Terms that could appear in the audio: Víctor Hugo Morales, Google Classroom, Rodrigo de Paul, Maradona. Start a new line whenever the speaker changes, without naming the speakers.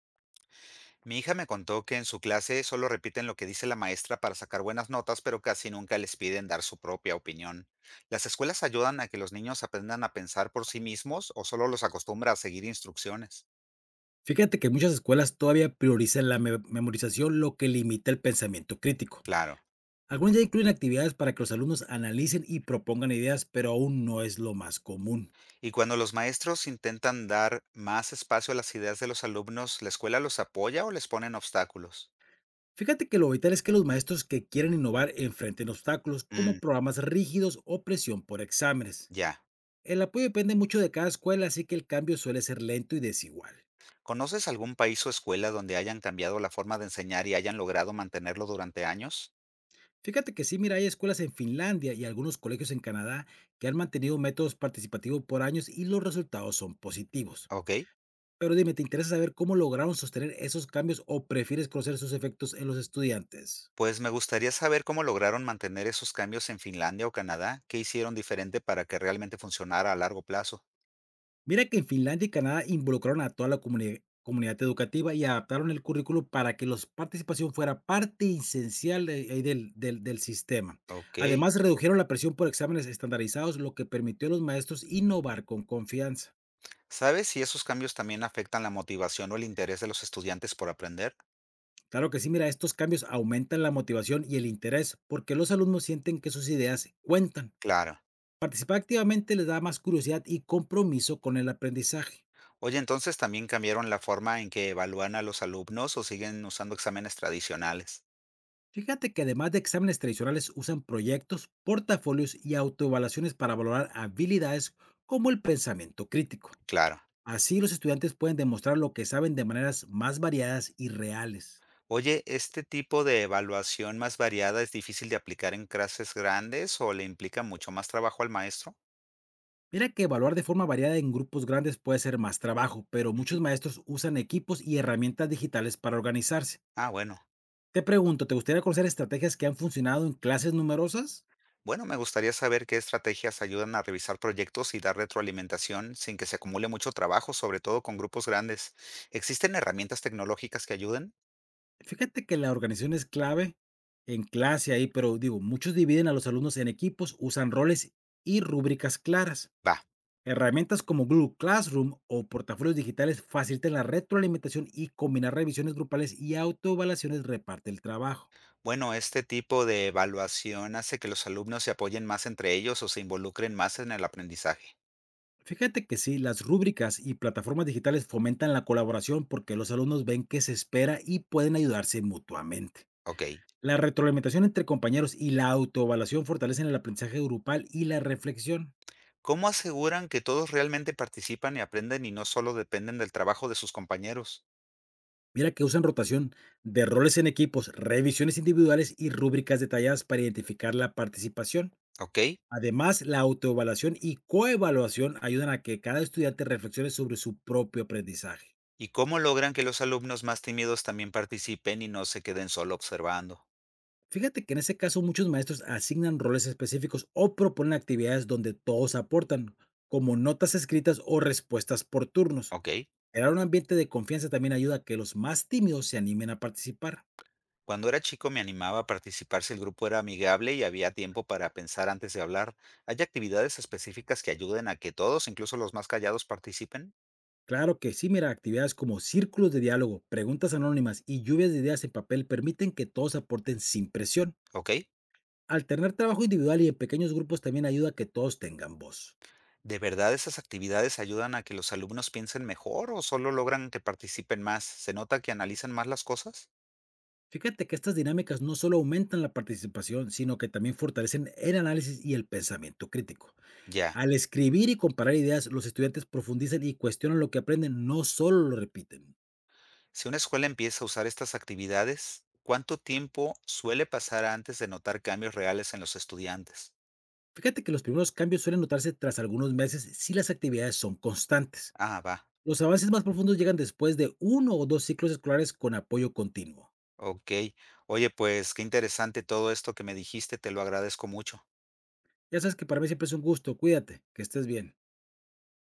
Mi hija me contó que en su clase solo repiten lo que dice la maestra para sacar buenas notas, pero casi nunca les piden dar su propia opinión. ¿Las escuelas ayudan a que los niños aprendan a pensar por sí mismos o solo los acostumbra a seguir instrucciones?
Fíjate que muchas escuelas todavía priorizan la memorización, lo que limita el pensamiento crítico.
Claro.
Algunas ya incluyen actividades para que los alumnos analicen y propongan ideas, pero aún no es lo más común.
Y cuando los maestros intentan dar más espacio a las ideas de los alumnos, ¿la escuela los apoya o les ponen obstáculos?
Fíjate que lo vital es que los maestros que quieren innovar enfrenten obstáculos como
Mm,
programas rígidos o presión por exámenes.
ya.
El apoyo depende mucho de cada escuela, así que el cambio suele ser lento y desigual.
¿Conoces algún país o escuela donde hayan cambiado la forma de enseñar y hayan logrado mantenerlo durante años?
Fíjate que sí, mira, hay escuelas en Finlandia y algunos colegios en Canadá que han mantenido métodos participativos por años y los resultados son positivos.
Ok.
Pero dime, ¿te interesa saber cómo lograron sostener esos cambios o prefieres conocer sus efectos en los estudiantes?
Pues me gustaría saber cómo lograron mantener esos cambios en Finlandia o Canadá, qué hicieron diferente para que realmente funcionara a largo plazo.
Mira que en Finlandia y Canadá involucraron a toda la comunidad educativa y adaptaron el currículo para que la participación fuera parte esencial del sistema.
Ok.
Además, redujeron la presión por exámenes estandarizados, lo que permitió a los maestros innovar con confianza.
¿Sabes si esos cambios también afectan la motivación o el interés de los estudiantes por aprender?
Claro que sí, mira, estos cambios aumentan la motivación y el interés porque los alumnos sienten que sus ideas cuentan.
Claro.
Participar activamente les da más curiosidad y compromiso con el aprendizaje.
Oye, entonces también cambiaron la forma en que evalúan a los alumnos o siguen usando exámenes tradicionales.
Fíjate que además de exámenes tradicionales usan proyectos, portafolios y autoevaluaciones para valorar habilidades como el pensamiento crítico.
Claro.
Así los estudiantes pueden demostrar lo que saben de maneras más variadas y reales.
Oye, ¿este tipo de evaluación más variada es difícil de aplicar en clases grandes o le implica mucho más trabajo al maestro?
Mira que evaluar de forma variada en grupos grandes puede ser más trabajo, pero
Ujú.
muchos maestros usan equipos y herramientas digitales para organizarse.
Ah, bueno.
Te pregunto, ¿te gustaría conocer estrategias que han funcionado en clases numerosas?
Bueno, me gustaría saber qué estrategias ayudan a revisar proyectos y dar retroalimentación sin que se acumule mucho trabajo, sobre todo con grupos grandes. ¿Existen herramientas tecnológicas que ayuden?
Fíjate que la organización es clave en clase ahí, pero digo, muchos dividen a los alumnos en equipos, usan roles y rúbricas claras.
Va.
Herramientas como Google Classroom o portafolios digitales facilitan la retroalimentación y combinar revisiones grupales y autoevaluaciones reparte el trabajo.
Bueno, este tipo de evaluación hace que los alumnos se apoyen más entre ellos o se involucren más en el aprendizaje.
Fíjate que sí, las rúbricas y plataformas digitales fomentan la colaboración porque los alumnos ven qué se espera y pueden ayudarse mutuamente.
Ok.
La retroalimentación entre compañeros y la autoevaluación fortalecen el aprendizaje grupal y la reflexión.
¿Cómo aseguran que todos realmente participan y aprenden y no solo dependen del trabajo de sus compañeros?
Mira que usan rotación de roles en equipos, revisiones individuales y rúbricas detalladas para identificar la participación.
Ok.
Además, la autoevaluación y coevaluación ayudan a que cada estudiante reflexione sobre su propio aprendizaje.
¿Y cómo logran que los alumnos más tímidos también participen y no se queden solo observando?
Fíjate que en ese caso muchos maestros asignan roles específicos o proponen actividades donde todos aportan, como notas escritas o respuestas por turnos.
Ok.
Crear un ambiente de confianza también ayuda a que los más tímidos se animen a participar.
Cuando era chico me animaba a participar si el grupo era amigable y había tiempo para pensar antes de hablar. ¿Hay actividades específicas que ayuden a que todos, incluso los más callados, participen?
Claro que sí, mira, actividades como círculos de diálogo, preguntas anónimas y lluvias de ideas en papel permiten que todos aporten sin presión.
¿Ok?
Alternar trabajo individual y en pequeños grupos también ayuda a que todos tengan voz.
¿De verdad esas actividades ayudan a que los alumnos piensen mejor o solo logran que participen más? ¿Se nota que analizan más las cosas?
Fíjate que estas dinámicas no solo aumentan la participación, sino que también fortalecen el análisis y el pensamiento crítico.
Ya.
Al escribir y comparar ideas, los estudiantes profundizan y cuestionan lo que aprenden, no solo lo repiten.
Si una escuela empieza a usar estas actividades, ¿cuánto tiempo suele pasar antes de notar cambios reales en los estudiantes?
Fíjate que los primeros cambios suelen notarse tras algunos meses si las actividades son constantes.
Ah, va.
Los avances más profundos llegan después de uno o dos ciclos escolares con apoyo continuo.
Okey. Oye, pues, qué interesante todo esto que me dijiste, te lo agradezco mucho.
Ya sabes que para mí siempre es un gusto. Cuídate, que estés bien.